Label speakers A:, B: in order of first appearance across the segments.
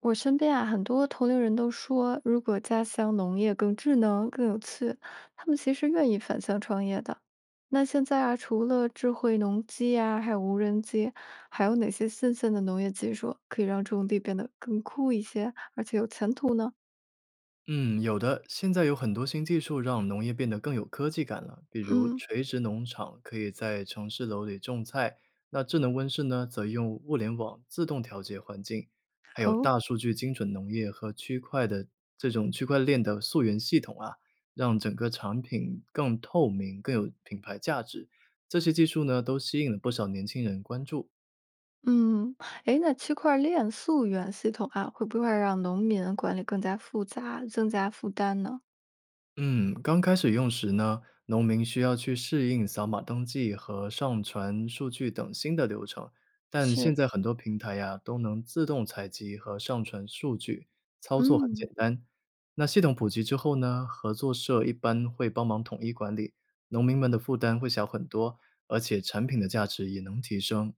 A: 我身边啊，很多同龄人都说，如果家乡农业更智能、更有趣，他们其实愿意返乡创业的。那现在啊，除了智慧农机呀，还有无人机，还有哪些新鲜的农业技术可以让种地变得更酷一些，而且有前途呢？
B: 嗯，有的。现在有很多新技术让农业变得更有科技感了，比如
A: 嗯，
B: 垂直农场可以在城市楼里种菜，那智能温室呢，则用物联网自动调节环境，还有
A: 哦，
B: 大数据精准农业和区块的这种区块链的溯源系统啊，让整个产品更透明、更有品牌价值。这些技术呢，都吸引了不少年轻人关注。
A: 嗯，诶，那区块链溯源系统啊，会不会让农民管理更加复杂，增加负担呢？
B: 嗯，刚开始用时呢，农民需要去适应扫码登记和上传数据等新的流程，但现
A: 是，
B: 在很多平台呀、都能自动采集和上传数据，操作很
A: 嗯。
B: 简单。那系统普及之后呢，合作社一般会帮忙统一管理，农民们的负担会小很多，而且产品的价值也能提升。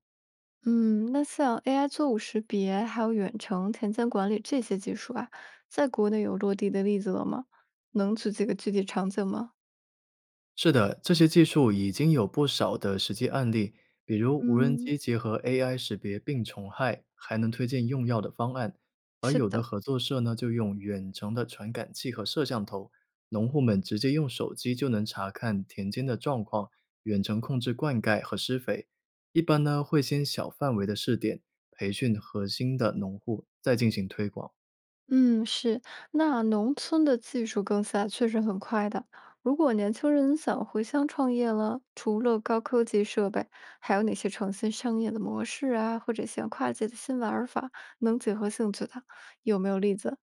A: 嗯，那像 AI 作物识别，还有远程田间管理这些技术啊，在国内有落地的例子了吗？能举几个具体场景吗？
B: 是的，这些技术已经有不少的实际案例，比如无人
A: 嗯，
B: 机结合 AI 识别病虫害，还能推荐用药的方案。而
A: 是
B: 有的
A: 的，
B: 合作社呢，就用远程的传感器和摄像头，农户们直接用手机就能查看田间的状况，远程控制灌溉和施肥。一般呢，会先小范围的试点，培训核心的农户，再进行推广。
A: 嗯，是。那农村的技术更新啊，确实很快的。如果年轻人想回乡创业了，除了高科技设备，还有哪些创新商业的模式啊，或者像跨界的新玩法，能结合兴趣的，有没有例子？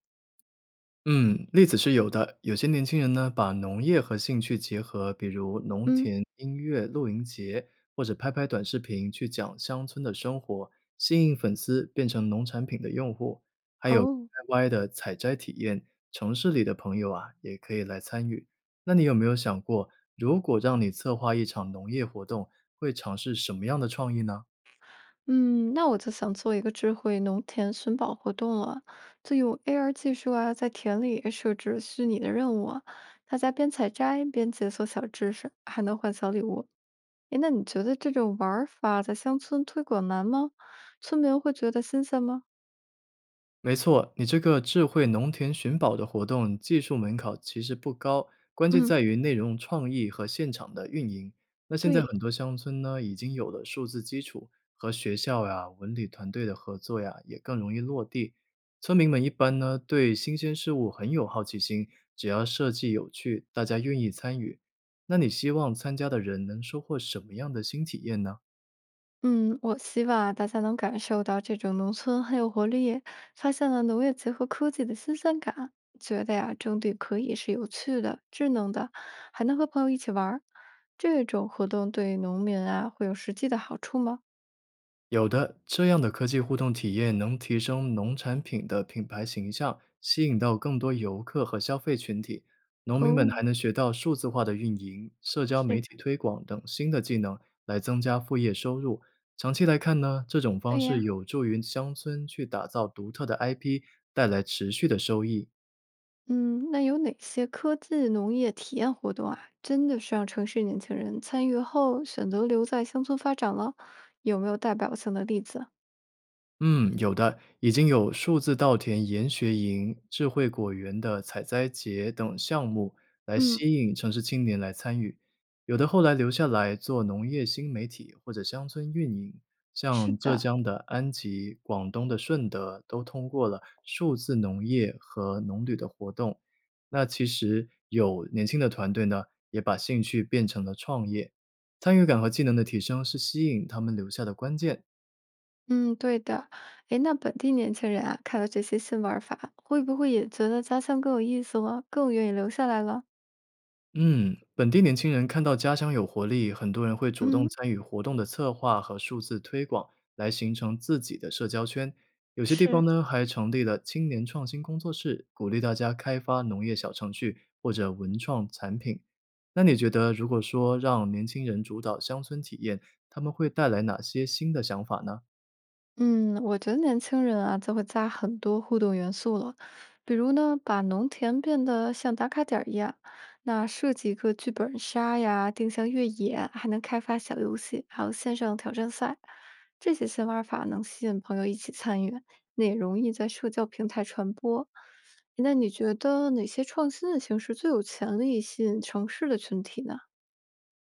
B: 嗯，例子是有的。有些年轻人呢，把农业和兴趣结合，比如农
A: 嗯，
B: 田、音乐、露营节，或者拍拍短视频去讲乡村的生活，吸引粉丝变成农产品的用户。还有
A: 哦，
B: DIY 的采摘体验，城市里的朋友啊，也可以来参与。那你有没有想过，如果让你策划一场农业活动，会尝试什么样的创意呢？
A: 嗯，那我就想做一个智慧农田寻宝活动了，就用 AR 技术啊，在田里设置虚拟的任务啊，大家边采摘边解锁小知识，还能换小礼物。诶，那你觉得这种玩儿法在乡村推广难吗？村民会觉得新鲜吗？
B: 没错，你这个智慧农田寻宝的活动技术门槛其实不高，关键
A: 嗯，
B: 在于内容创意和现场的运营。那现在
A: 对。
B: 很多乡村呢，已经有了数字基础，和学校呀、文旅团队的合作呀，也更容易落地。村民们一般呢，对新鲜事物很有好奇心，只要设计有趣，大家愿意参与。那你希望参加的人能收获什么样的新体验呢？
A: 嗯，我希望啊大家能感受到这种农村很有活力，发现了农业结合科技的新鲜感，觉得呀，种地可以是有趣的、智能的，还能和朋友一起玩儿。这种活动对农民啊会有实际的好处吗？
B: 有的，这样的科技互动体验能提升农产品的品牌形象，吸引到更多游客和消费群体。农民们
A: 哦，
B: 还能学到数字化的运营、社交媒
A: 是，
B: 体推广等新的技能，来增加副业收入。长期来看呢，这种方
A: 对
B: 式
A: 呀。
B: 有助于乡村去打造独特的 IP，带来持续的收益。
A: 嗯，那有哪些科技农业体验活动啊？真的是让城市年轻人参与后选择留在乡村发展了？有没有代表性的例子？
B: 嗯，有的，已经有数字稻田研学营、智慧果园的采摘节等项目来
A: 嗯，
B: 吸引城市青年来参与，有的后来留下来做农业新媒体或者乡村运营，
A: 是
B: 像浙
A: 的。
B: 江的安吉、广东的顺德都通过了数字农业和农旅的活动。那其实有年轻的团队呢，也把兴趣变成了创业，参与感和技能的提升是吸引他们留下的关键。
A: 嗯，对的。诶，那本地年轻人啊，看到这些新玩法，会不会也觉得家乡更有意思了，更愿意留下来了？
B: 嗯，本地年轻人看到家乡有活力，很多人会主动
A: 嗯，
B: 参与活动的策划和数字推广，来形成自己的社交圈。有些地方
A: 是。
B: 呢，还成立了青年创新工作室，鼓励大家开发农业小程序或者文创产品。那你觉得，如果说让年轻人主导乡村体验，他们会带来哪些新的想法呢？
A: 嗯，我觉得年轻人啊，就会加很多互动元素了，比如呢，把农田变得像打卡点儿一样，那设计一个剧本杀呀，定向越野，还能开发小游戏，还有线上挑战赛，这些新玩法能吸引朋友一起参与，那也容易在社交平台传播。那你觉得哪些创新的形式最有潜力吸引城市的群体呢？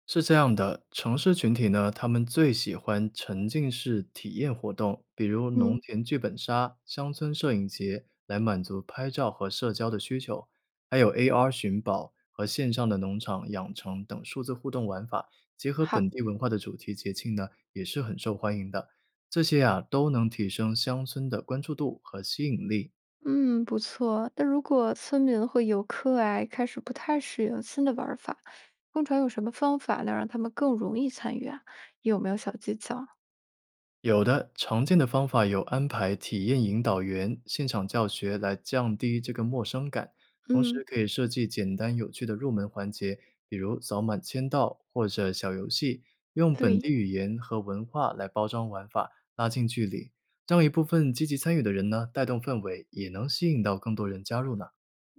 B: 是这样的，城市群体呢，他们最喜欢沉浸式体验活动，比如农
A: 嗯，
B: 田剧本杀、乡村摄影节，来满足拍照和社交的需求。还有 AR 寻宝和线上的农场养成等数字互动玩法，结合本
A: 好。
B: 地文化的主题节庆呢，也是很受欢迎的。这些啊，都能提升乡村的关注度和吸引力。
A: 嗯，不错。那如果村民和游客啊，开始不太适应新的玩儿法，通常有什么方法能让他们更容易参与啊？有没有小技巧？
B: 有的，常见的方法有安排体验引导员、现场教学来降低这个陌生感，同时
A: 嗯，
B: 可以设计简单有趣的入门环节，比如扫码签到或者小游戏，用本
A: 对，
B: 地语言和文化来包装玩法，拉近距离，让一部分积极参与的人呢带动氛围，也能吸引到更多人加入呢。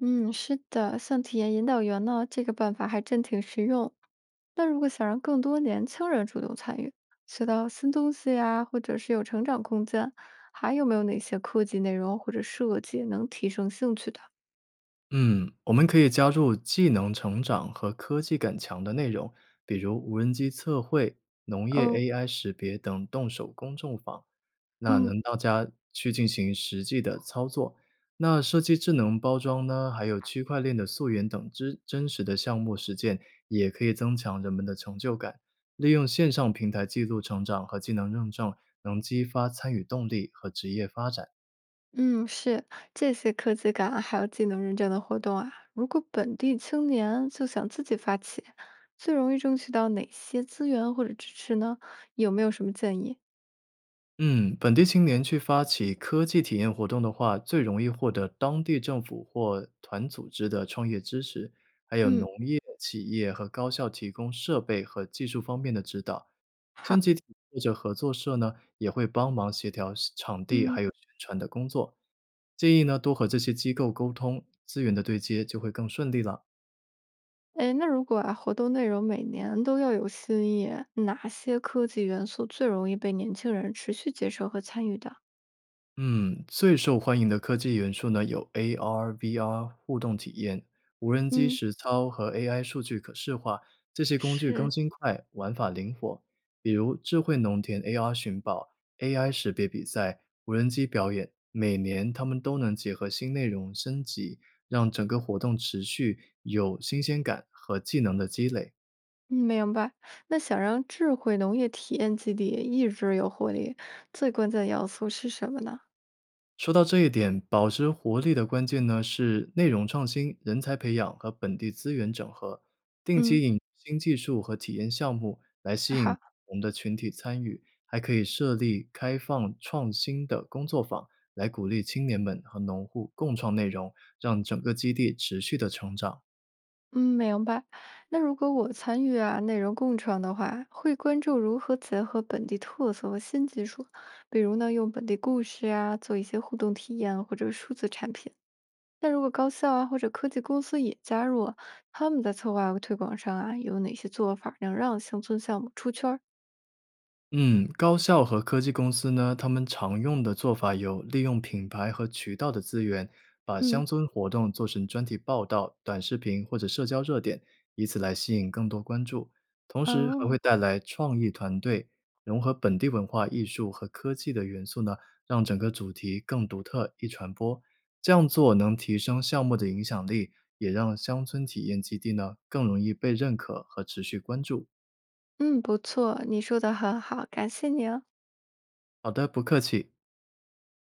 A: 嗯，是的，像体验引导员呢，这个办法还真挺实用。那如果想让更多年轻人主动参与，学到新东西啊，或者是有成长空间，还有没有哪些科技内容或者设计能提升兴趣的？
B: 嗯，我们可以加入技能成长和科技感强的内容，比如无人机测绘、农业
A: 哦，
B: AI 识别等动手工种坊，那
A: 嗯。
B: 能大家去进行实际的操作。那设计智能包装呢，还有区块链的溯源等之真实的项目实践，也可以增强人们的成就感。利用线上平台记录成长和技能认证，能激发参与动力和职业发展。
A: 嗯，是这些科技感啊还有技能认证的活动啊，如果本地青年就想自己发起，最容易争取到哪些资源或者支持呢？有没有什么建议？
B: 嗯，本地青年去发起科技体验活动的话，最容易获得当地政府或团组织的创业支持，还有农
A: 嗯，
B: 业企业和高校提供设备和技术方面的指导。村
A: 好，
B: 集体或者合作社呢，也会帮忙协调是场地
A: 嗯，
B: 还有宣传的工作。建议呢，多和这些机构沟通，资源的对接就会更顺利了。
A: 哎，那如果啊活动内容每年都要有新意，哪些科技元素最容易被年轻人持续接受和参与的？
B: 嗯，最受欢迎的科技元素呢，有 AR、VR 互动体验、无人机
A: 嗯，
B: 实操和 AI 数据可视化。这些工具更
A: 是。
B: 新快，玩法灵活。比如智慧农田 AR 寻宝、AI 识别比赛、无人机表演，每年他们都能结合新内容升级，让整个活动持续有新鲜感和技能的积累。
A: 嗯，明白。那想让智慧农业体验基地一直有活力，最关键要素是什么呢？
B: 说到这一点，保持活力的关键呢是内容创新、人才培养和本地资源整合，定期
A: 嗯，
B: 引入新技术和体验项目来吸引
A: 好，
B: 我们的群体参与，还可以设立开放创新的工作坊，来鼓励青年们和农户共创内容，让整个基地持续的成长。
A: 嗯，明白。那如果我参与啊内容共创的话，会关注如何结合本地特色和新技术，比如呢用本地故事啊做一些互动体验或者数字产品。那如果高校啊或者科技公司也加入啊他们在策划和推广上啊有哪些做法能让乡村项目出圈儿？
B: 嗯，高校和科技公司呢，他们常用的做法有利用品牌和渠道的资源，把
A: 嗯，
B: 乡村活动做成专题报道、短视频或者社交热点，以此来吸引更多关注。同时还会
A: 哦，
B: 带来创意团队，融合本地文化艺术和科技的元素呢，让整个主题更独特、易传播。这样做能提升项目的影响力，也让乡村体验基地呢更容易被认可和持续关注。
A: 嗯，不错，你说的很好，感谢你啊。
B: 好的，不客气。